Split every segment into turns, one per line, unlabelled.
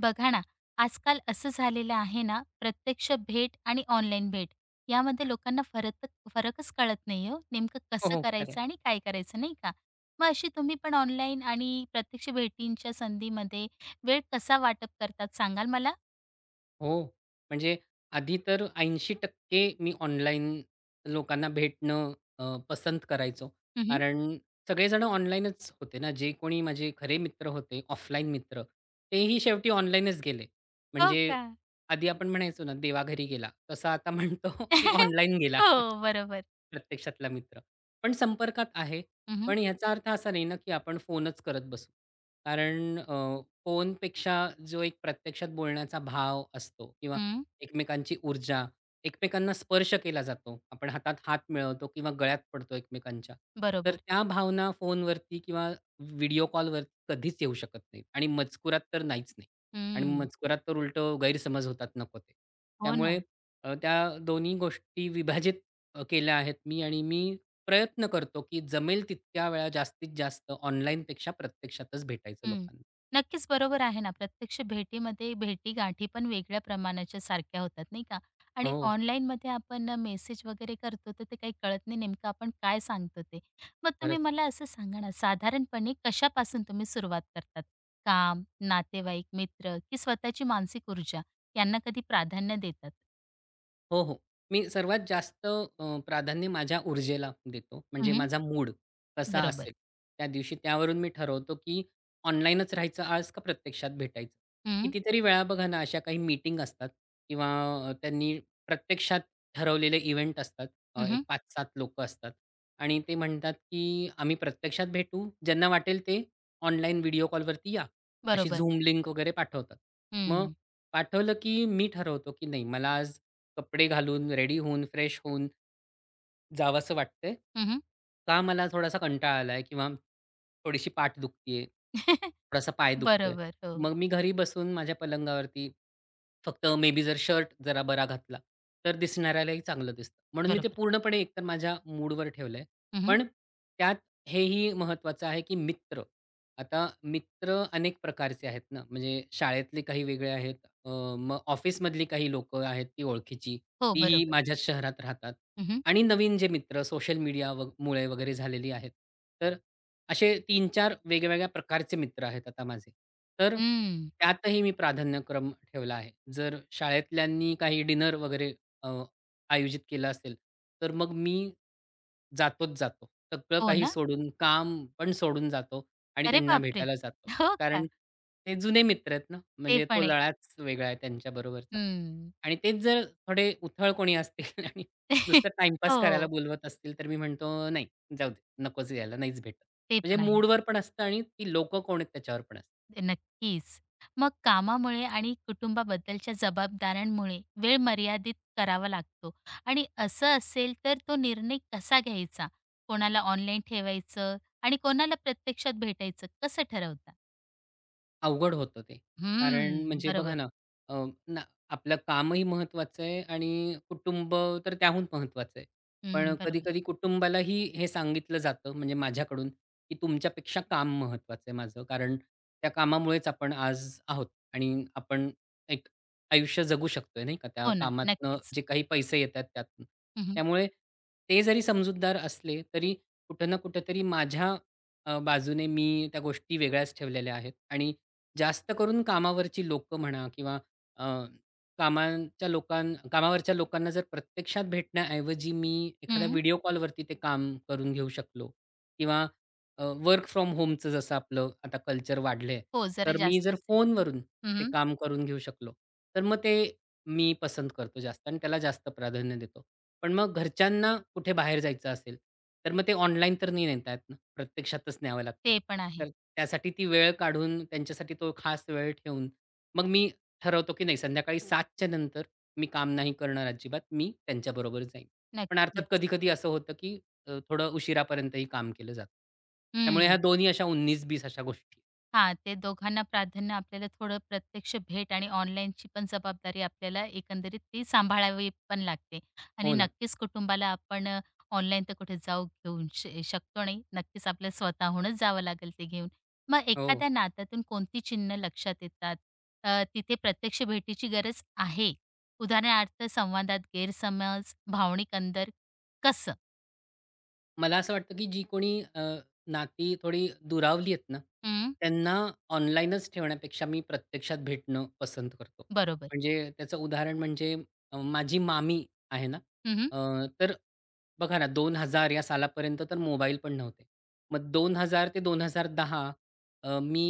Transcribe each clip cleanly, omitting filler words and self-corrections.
बघा ना, आजकाल असं झालेलं आहे ना, प्रत्यक्ष भेट आणि ऑनलाईन भेट यामध्ये लोकांना फरकच कळत नाही हो. नेमकं
हो,
कसं
हो. खरं
करायचं आणि काय करायचं नाही का? मग अशी तुम्ही पण ऑनलाईन आणि प्रत्यक्ष भेटींच्या संधीमध्ये वेळ कसा वाटप करतात सांगाल मला?
हो. म्हणजे आधी तर 80% मी ऑनलाईन लोकांना भेटणं अ, पसंत करायचो.
हं,
कारण सगळेजण ऑनलाईनच होते ना. जे कोणी माझे खरे मित्र होते, ऑफलाईन मित्र, तेही शेवटी ऑनलाईनच गेले.
हो
म्हणजे
का?
आधी आपण म्हणायचो ना, "देवाघरी गेला." तसं आता म्हणतो, की ऑनलाईन गेला.
हो, बरोबर.
प्रत्यक्षातला मित्र. पण संपर्कात आहे.
हं,
पण याचा अर्थ असा नाही ना, की आपण फोनच करत बसू. कारण फोनपेक्षा जो एक प्रत्यक्षात बोलण्याचा भाव असतो किंवा
हं.
एकमेकांची ऊर्जा, एकमेकांना स्पर्श केला जातो. आपण हातात हात मिळवतो किंवा गळ्यात पडतो एकमेकांच्या. तर
बरोबर.
त्या भावना फोनवरती किंवा व्हिडिओ कॉलवरती कधीच येऊ शकत नाहीत आणि मजकुरात तर नाहीच नाही. आणि
हं.
मजकुरात तर उलटं गैरसमज होतात नको ते.
हो
त्यामुळे
ना.
त्या दोन्ही गोष्टी विभाजित केल्या आहेत मी आणि मी प्रयत्न करतो, की जमेल तितक्या वेळा जास्तीत जास्त ऑनलाईनपेक्षा प्रत्यक्षातच भेटायचं
हं.
लोकांना.
नक्कीच बरोबर आहे ना. प्रत्यक्ष भेटीमध्ये भेटीगाठी पण वेगळ्या प्रमाणाच्या सारख्या होतात, नाही का? आणि
हो,
ऑनलाईनमध्ये आपण मेसेज वगैरे करतो, तर ते काही कळत नाही नेमकं आपण काय सांगतो ते. मग तुम्ही
खरंच.
मला असं सांगा ना, साधारणपणे कशापासून तुम्ही सुरुवात करतात? काम, नातेवाईक, मित्र की स्वतःची मानसिक ऊर्जा यांना कधी प्राधान्य देतात?
हो, हो. मी सर्वात जास्त प्राधान्य माझ्या ऊर्जेला देतो. म्हणजे
हं,
माझा मूड कसा असेल
बरोबर.
त्या दिवशी. त्यावरून मी ठरवतो, की ऑनलाईनच राहायचं आज का प्रत्यक्षात भेटायचं.
हं,
कितीतरी वेळा बघा ना, अशा काही मीटिंग असतात किंवा त्यांनी प्रत्यक्षात ठरवलेले इव्हेंट असतात. एक
हं,
5-7 लोकं असतात आणि ते म्हणतात, की आम्ही प्रत्यक्षात भेटू. ज्यांना वाटेल ते ऑनलाईन व्हिडिओ कॉलवरती या. अशी
बरोबर.
Zoom लिंक वगैरे पाठवतात. मग
हं,
पाठवलं, की मी ठरवतो, की नाही मला आज कपडे घालून, रेडी होऊन, फ्रेश होऊन जावसं वाटतंय?
हं,
का मला थोडासा कंटाळा आलाय किंवा थोडीशी पाठ दुखतीये, थोडासा पाय दुखतोय.
बरोबर. हो,
मग मी घरी बसून माझ्या पलंगावरती फक्त मे बी जर शर्ट जरा बरा घातला, तर दिसणाऱ्यालाही चांगलं दिसतं. म्हणून मी ते
बरोबर.
पूर्णपणे एकतर माझ्या मूडवर ठेवलंय.
हं,
पण त्यात हेही महत्त्वाचं आहे, की मित्र. आता मित्र अनेक प्रकारचे आहेत ना, म्हणजे शाळेतले काही वेगळे आहेत, अ, मग ऑफिसमधली काही लोकं आहेत ती ओळखीची.
हो,
तीही
बरोबर.
माझ्याच शहरात राहतात
हं,
आणि नवीन जे मित्र सोशल मीडिया मुळे वगैरे झालेली आहेत. तर असे तीन-चार वेगवेगळ्या प्रकारचे मित्र आहेत आता माझे. तर
हं.
त्यातही मी प्राधान्यक्रम ठेवला आहे. जर शाळेतल्यांनी काही डिनर वगैरे अ, आयोजित केलं असेल, तर मग मी जातोच जातो. सगळं
हो
काही
ना?
सोडून, काम पण सोडून जातो आणि
अरे
त्यांना
बापरे!
भेटायला जातो.
हो
कारण
का?
ते जुने मित्र आहेत ना,
ते
म्हणजे तो
पण आहे.
लळाच वेगळा आहे त्यांच्याबरोबरचा.
हं.
आणि तेच जर थोडे उथळ कोणी असतील आणि नुसतं टाईमपास करायला
हो,
बोलवत असतील, तर मी म्हणतो, "नाही, जाऊ दे. नकोच यायला, नाहीच भेटत."
ते
म्हणजे
पण आहे.
मूडवर पण असतं आणि ती लोकं कोण आहेत त्याच्यावर पण असतं.
नक्कीच. मग कामामुळे आणि कुटुंबाबद्दलच्या जबाबदाऱ्यांमुळे वेळ मर्यादित करावा लागतो आणि असं असेल तर तो निर्णय कसा घ्यायचा? कोणाला ऑनलाईन ठेवायचं आणि कोणाला प्रत्यक्षात भेटायचं कसं ठरवता?
अवघड होतं ते.
हं,
कारण म्हणजे बघा
बरोबर.
ना, अ, ना आपलं कामही महत्त्वाचं आहे आणि कुटुंब तर त्याहून महत्त्वाचं आहे. पण
हं, बरोबर.
कधी-कधी कुटुंबालाही हे सांगितलं जातं म्हणजे माझ्याकडून, की तुमच्यापेक्षा काम महत्त्वाचं आहे माझं. कारण त्या कामामुळेच आपण आज आहोत आणि आपण एक आयुष्य जगू शकतोय नाही का, त्या
हो ना,
कामातनं
नक्कीच.
जे काही पैसे येतात त्यातून.
हं, हं.
त्यामुळे ते जरी समजूतदार असले, तरी कुठं ना कुठेतरी माझ्या बाजूने मी त्या गोष्टी वेगळ्याच ठेवलेल्या आहेत आणि जास्त करून कामावरची लोकं म्हणा किंवा अ, कामाच्या लोकां कामावरच्या लोकांना जर प्रत्यक्षात भेटण्याऐवजी मी एखाद्या व्हिडिओ कॉलवरती ते काम करून घेऊ शकलो किंवा वर्क फ्रॉम होमचं जसं आपलं आता कल्चर वाढलंय,
हो, जरा
तर मी जर
जास्तच आहे.
फोनवरून ते
हं,
काम करून घेऊ शकलो, तर मग ते मी पसंत करतो जास्त आणि त्याला जास्त प्राधान्य देतो. पण मग घरच्यांना कुठे बाहेर जायचं असेल, तर मग ते ऑनलाईन तर नाही नेता येत प्रत्यक्षातच न्यावं लागतं.
ते पण आहे.
तर त्यासाठी ती वेळ काढून त्यांच्यासाठी तो खास वेळ ठेवून, मग मी ठरवतो की नाही संध्याकाळी 7 च्या नंतर मी काम नाही करणार अजिबात. मी त्यांच्याबरोबर जाईन. पण अर्थात
नक्कीच.
कधी-कधी असं होतं की थोडं उशिरापर्यंतही काम केलं जातं. त्यामुळे ह्या
हं.
दोन्ही अशा 19-20 अशा गोष्टी.
हां, ते दोघांना प्राधान्य आपल्याला थोडं प्रत्यक्ष भेट आणि ऑनलाईनची पण जबाबदारी आपल्याला एकंदरीत ती सांभाळावी पण लागते. आणि
हो ना.
नक्कीच कुटुंबाला आपण ऑनलाईन तर कुठे जाऊ घेऊन शकतो नाही. नक्कीच आपल्याला स्वतःहूनच जावं लागेल ते घेऊन. मग
हो.
एखाद्या नात्यातून कोणती चिन्ह लक्षात येतात? तिथे प्रत्यक्ष भेटीची गरज आहे. उदाहरणार्थ संवादात गैरसमज, भावनिक अंतर कसं?
मला असं वाटतं, की जी कोणी नाती थोडी दुरावली आहेत ना,
हं,
त्यांना ऑनलाईनच ठेवण्यापेक्षा मी प्रत्यक्षात भेटणं पसंत करतो.
बरोबर.
म्हणजे त्याचं उदाहरण म्हणजे माझी मामी आहे ना,
हं,
अ, तर बघा ना 2000 या सालापर्यंत तर मोबाईल पण नव्हते. मग 2000 ते 2010 मी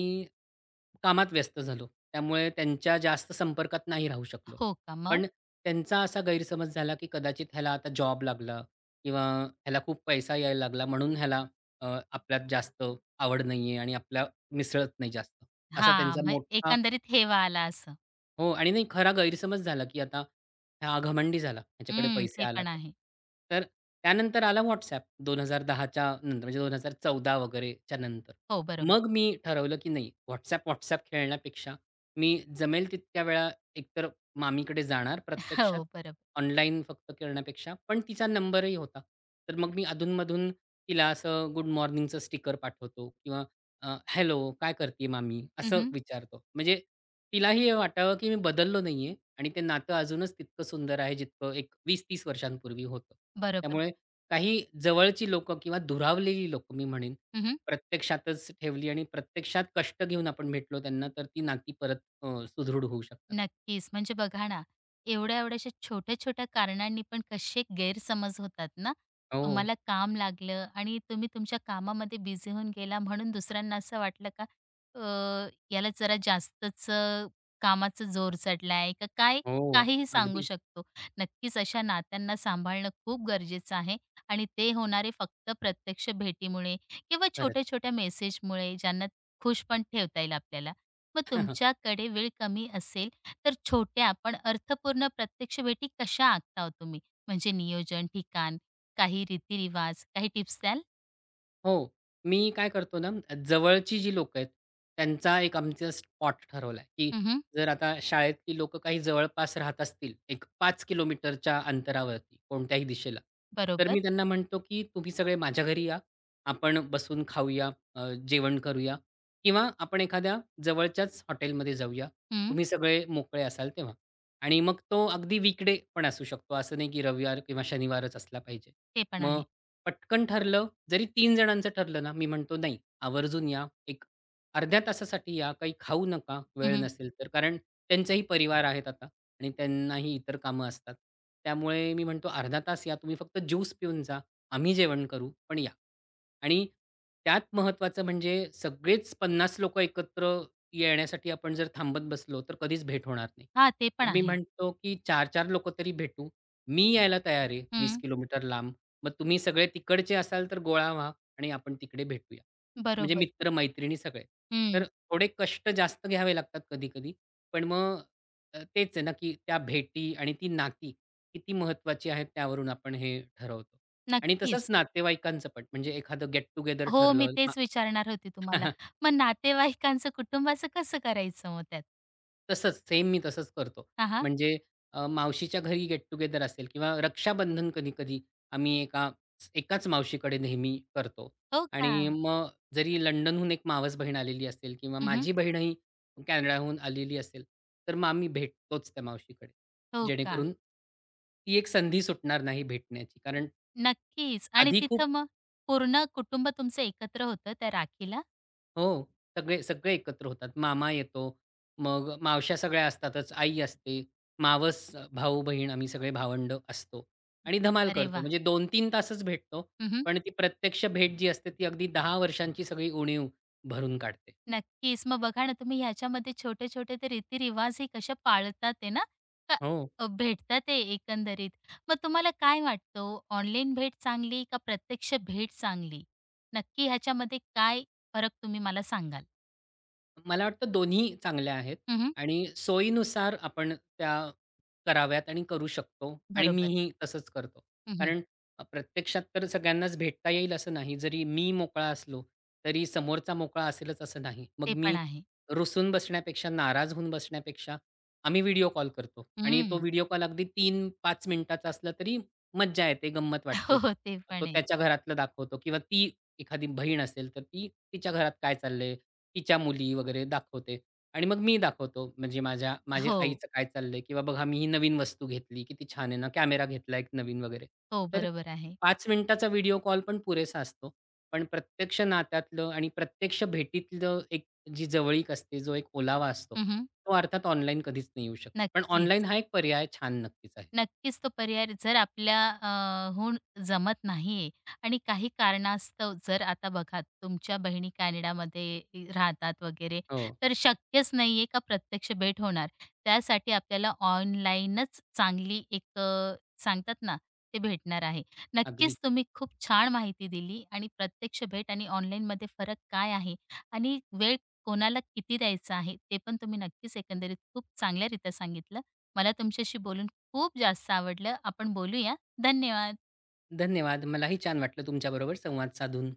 कामात व्यस्त झालो. त्यामुळे त्यांच्या जास्त संपर्कात नाही राहू शकलो.
हो का मग?
पण त्यांचा असा गैरसमज झाला, की कदाचित ह्याला आता जॉब लागला किंवा ह्याला खूप पैसा यायला लागला म्हणून ह्याला आपल्यात जास्त आवड नाहीये आणि आपल्या मिसळत नाही जास्त. असा
हां,
त्यांचा
मग
मोठा
एकंदरीत हेवा आला असं.
हो आणि नाही खरा गैरसमज झाला, की आता हा घमंडी झाला, ह्याच्याकडे
हं,
पैसे
ते
आला
पण
तर.
आहे.
तर त्यानंतर आला WhatsApp 2010च्या नंतर म्हणजे 2014 वगैरेच्या नंतर.
हो, बरोबर.
मग मी ठरवलं, की नाही WhatsApp खेळण्यापेक्षा मी जमेल तितक्या वेळा एकतर मामीकडे जाणार प्रत्यक्षात,
हो, बरोबर.
ऑनलाईन फक्त करण्यापेक्षा. पण तिचा नंबरही होता. तर मग मी अधून-मधून तिला असं गुड मॉर्निंगचं स्टिकर पाठवतो किंवा "हॅलो, काय करतीये मामी?"
हं,
असं
हं.
विचारतो. म्हणजे तिलाही हे वाटावं, की मी बदललो नाहीये आणि ते नातं अजूनच तितकं सुंदर आहे, जितकं एक 20-30 वर्षांपूर्वी होतं.
बरोबर.
त्यामुळे काही जवळची लोकं किंवा दुरावलेली लोकं मी म्हणेन, प्रत्यक्षातच ठेवली आणि प्रत्यक्षात कष्ट घेऊन आपण भेटलो त्यांना, तर ती नाती परत सुदृढ होऊ शकतात.
नक्कीच. म्हणजे बघा ना, एवढ्या-एवढ्याशा छोट्या-छोट्या कारणांनी पण कसे गैरसमज होतात ना.
हो,
तुम्हाला काम लागलं आणि तुम्ही तुमच्या कामामध्ये बिझी होऊन गेला म्हणून दुसऱ्यांना असं वाटलं का अ, याला जरा जास्तच कामाचा जोर चढलाय का काय?
हो.
काहीही सांगू
अगदी.
शकतो. नक्कीच अशा नात्यांना सांभाळणं खूप गरजेचं आहे आणि ते होणारे फक्त प्रत्यक्ष भेटीमुळे किंवा
खरंच.
छोट्या-छोट्या मेसेजमुळे ज्यांना खुश पण ठेवता येईल आपल्याला. मग तुमच्याकडे वेळ कमी असेल तर छोट्या पण अर्थपूर्ण प्रत्यक्ष भेटी कशा आखता हो तुम्ही? म्हणजे नियोजन, ठिकाण, काही रीतिरिवाज, काही टिप्स द्याल?
हो. मी काय करतो ना, जवळची जी लोकं आहेत, त्यांचा एक आमचा स्पॉट ठरवला आहे, की
हं,
जर आता शाळेतली लोक काही जवळपास राहत असतील, एक 5 किलोमीटरच्या अंतरावरती कोणत्याही दिशेला, तर
बरोबर.
मी त्यांना म्हणतो, की "तुम्ही सगळे माझ्या घरी या. आपण बसून खाऊया, जेवण करूया किंवा आपण एखाद्या जवळच्याच हॉटेलमध्ये जाऊया.
हं.
तुम्ही सगळे मोकळे असाल तेव्हा." आणि मग तो अगदी वीकडे पण असू शकतो. असं नाही, की रविवार किंवा शनिवारच असला पाहिजे.
ते पण
मग
आहे.
पटकन ठरलं, जरी तीन जणांचं ठरलं ना, मी म्हणतो नाही आवर्जून या. एक अर्ध्या तासासाठी या, काही खाऊ नका
हं,
वेळ
हं.
नसेल तर. कारण त्यांचाही परिवार आहेत आता आणि त्यांनाही इतर कामं असतात. त्यामुळे मी म्हणतो अर्धा तास या तुम्ही फक्त ज्यूस पिऊन जा. आम्ही जेवण करू, पण या. आणि त्यात महत्त्वाचं म्हणजे सगळेच 50 लोकं एकत्र येण्यासाठी आपण जर थांबत बसलो, तर कधीच भेट होणार नाही.
ते पण
मी
आहे.
म्हणतो, की 4-4 लोकं तरी भेटू. मी यायला तयार आहे 20
हं.
किलोमीटर लांब. मग तुम्ही सगळे तिकडचे असाल तर गोळा व्हा आणि आपण तिकडे भेटूया. म्हणजे
बरोबर.
मित्र-मैत्रिणी सगळे. तर
हं.
थोडे कष्ट जास्त घ्यावे लागतात कधी-कधी. पण मग तेच आहे ना, की त्या भेटी आणि ती नाती किती महत्वाची आहेत त्यावरून आपण हे ठरवतो. आणि तसंच
नक्कीच.
नातेवाईकांचं पण म्हणजे एखादं गेट टुगेदर
हो, मी
ठरलं मा-
तेच विचारणार होती तुम्हाला. मग नातेवाईकांचं, कुटुंबाचं कसं करायचं मग त्यात?
तसंच सेम मी करतो.
हां, हां.
म्हणजे मावशीच्या घरी गेट टुगेदर असेल किंवा रक्षाबंधन कधी-कधी आम्ही एकाच मावशीकडे नेहमी करतो.
हो का?
आणि मग जरी लंडनहून एक मावस बहीण आलेली असेल किंवा
हं,
माझी बहीणही कॅनडाहून आलेली असेल, तर मग आम्ही भेटतोच त्या मावशीकडे.
हो का?
जेणेकरून ती एक संधी सुटणार नाही भेटण्याची. कारण
नक्कीच. आणि
आधी खूप
तिथं मग पूर्ण कुटुंब तुमचं एकत्र होतं त्या राखीला?
हो. सगळे सगळे एकत्र होतात. मामा येतो. मग मावश्या सगळ्या असतातच. आई असते. मावस, भाऊ-बहीण आम्ही सगळे भावंड असतो आणि धमाल
अरे
करतो.
वाह!
म्हणजे 2-3 तासच भेटतो.
हं,
पण ती प्रत्यक्ष भेट जी असते ती अगदी 10 वर्षांची सगळी उणीव भरून काढते.
नक्कीच. मग बघा ना, तुम्ही ह्याच्यामध्ये छोटे-छोटे ते रीतिरिवाजही कशा पाळतात आहे ना, का
हो.
भेटतात ते एकंदरीत. मग तुम्हाला काय वाटतं हो? ऑनलाईन भेट चांगली का प्रत्यक्ष भेट चांगली? नक्की ह्याच्यामध्ये काय फरक तुम्ही मला सांगाल?
मला वाटतं दोन्ही चांगल्या आहेत
हं,
आणि सोयीनुसार आपण त्या कराव्यात आणि करू शकतो आणि
बरोबर.
मीही तसंच करतो.
हं,
कारण प्रत्यक्षात तर सगळ्यांनाच भेटता येईल असं नाही. जरी मी मोकळा असलो, तरी समोरचा मोकळा असेलच असं नाही. मग
ते
मी
पण आहे.
रुसून बसण्यापेक्षा, नाराज होऊन बसण्यापेक्षा आम्ही व्हिडिओ कॉल करतो आणि तो
हं.
व्हिडिओ कॉल अगदी 3-5 मिनिटाचा असला तरी मज्जा येते, गंमत वाटते.
हो, हो. ते
तो
पण आहे.
त्याच्या घरातलं दाखवतो किंवा ती एखादी बहीण असेल, तर ती तिच्या घरात काय चाललंय तिच्या मुली वगैरे दाखवते आणि मग मी दाखवतो. म्हणजे माझ्या माझ्या
हो.
आईचं काय चाललंय किंवा बघा मी ही नवीन वस्तू घेतली, किती छान आहे ना, कॅमेरा घेतला एक नवीन वगैरे.
हो,
तर
बरोबर आहे.
5 मिनिटाचा व्हिडिओ कॉल पण पुरेसा असतो. पण प्रत्यक्ष नात्यातलं आणि प्रत्यक्ष भेटीतलं एक जी जवळीक असते, जो एक ओलावा असतो,
हं,
तो अर्थात ऑनलाईन कधीच नाही येऊ शकत. पण ऑनलाईन
नक्कीच.
हा एक पर्याय छान नक्कीच आहे.
नक्कीच तो पर्याय जर आपल्या हून जमत नाहीये आणि काही कारणास्तव जर आता बघा तुमच्या बहिणी कॅनडामध्ये राहतात वगैरे
हो,
तर शक्यच नाहीये का प्रत्यक्ष भेट होणार त्यासाठी आपल्याला ऑनलाईनच चांगली एक सांगतात ना ते भेटणार आहे
अगदी.
नक्कीच तुम्ही खूप छान माहिती दिली आणि प्रत्यक्ष भेट आणि ऑनलाईनमध्ये फरक काय आहे आणि वेळ कोणाला किती द्यायचा आहे ते पण तुम्ही नक्कीच एकंदरीत खूप चांगल्यारीत्या सांगितलं मला तुमच्याशी बोलून खूप जास्त आवडलं. आपण बोलूया. धन्यवाद.
धन्यवाद. मलाही छान वाटलं तुमच्याबरोबर संवाद साधून.